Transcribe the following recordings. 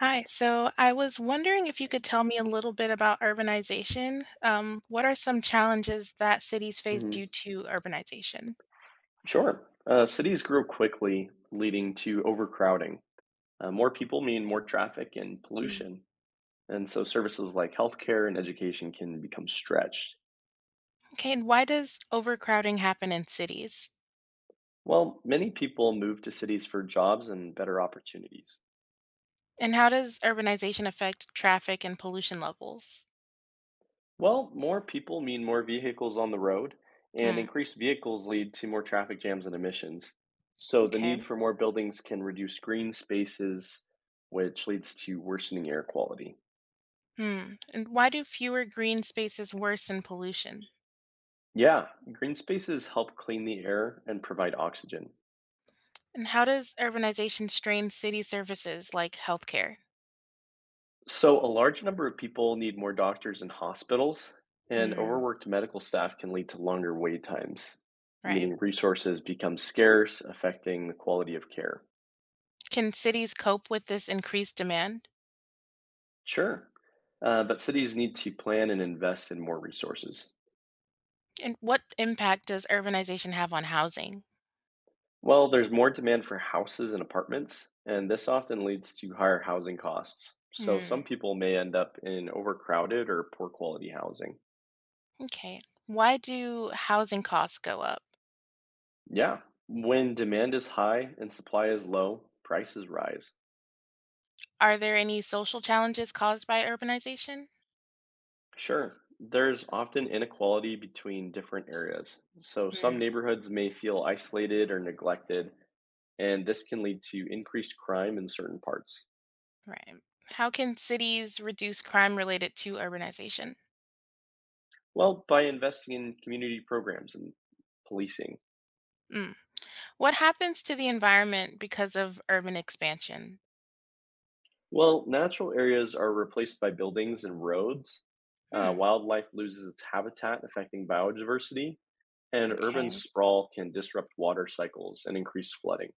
Hi. So I was wondering if you could tell me a little bit about urbanization. What are some challenges that cities face due Mhm. to urbanization? Sure. Cities grew quickly, leading to overcrowding. More people mean more traffic and Mm. pollution. And so services like healthcare and education can become stretched. Okay, and why does overcrowding happen in cities? Well, many people move to cities for jobs and better opportunities. And how does urbanization affect traffic and pollution levels? Well, more people mean more vehicles on the road, and Mm, increased vehicles lead to more traffic jams and emissions. So the okay. need for more buildings can reduce green spaces, which leads to worsening air quality. Mm. And why do fewer green spaces worsen pollution? Yeah, green spaces help clean the air and provide oxygen. And how does urbanization strain city services like healthcare? So, a large number of people need more doctors and hospitals, and Mm, overworked medical staff can lead to longer wait times, right. meaning resources become scarce, affecting the quality of care. Can cities cope with this increased demand? Sure, but cities need to plan and invest in more resources. And what impact does urbanization have on housing? Well, there's more demand for houses and apartments, and this often leads to higher housing costs. So, some Hmm. people may end up in overcrowded or poor quality housing. Okay. Why do housing costs go up? Yeah. When demand is high and supply is low, prices rise. Are there any social challenges caused by urbanization? Sure. There's often inequality between different areas. So some Hmm. neighborhoods may feel isolated or neglected, and this can lead to increased crime in certain parts. Right. How can cities reduce crime related to urbanization? Well, by investing in community programs and policing. Hmm. What happens to the environment because of urban expansion? Well, natural areas are replaced by buildings and roads. Hmm. Wildlife loses its habitat, affecting biodiversity, and urban Okay. sprawl can disrupt water cycles and increase flooding.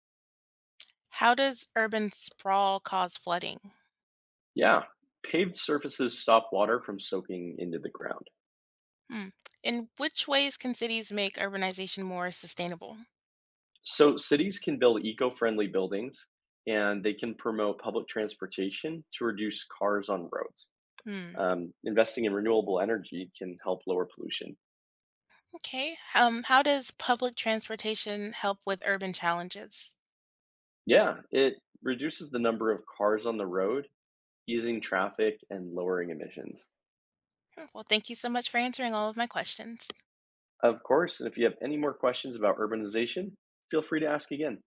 How does urban sprawl cause flooding? Yeah, paved surfaces stop water from soaking into the ground. Hmm. In which ways can cities make urbanization more sustainable? So cities can build eco friendly buildings and they can promote public transportation to reduce cars on roads. Hmm. Investing in renewable energy can help lower pollution. Okay. How does public transportation help with urban challenges? Yeah, it reduces the number of cars on the road, easing traffic and lowering emissions. Well, thank you so much for answering all of my questions. Of course, and if you have any more questions about urbanization, feel free to ask again.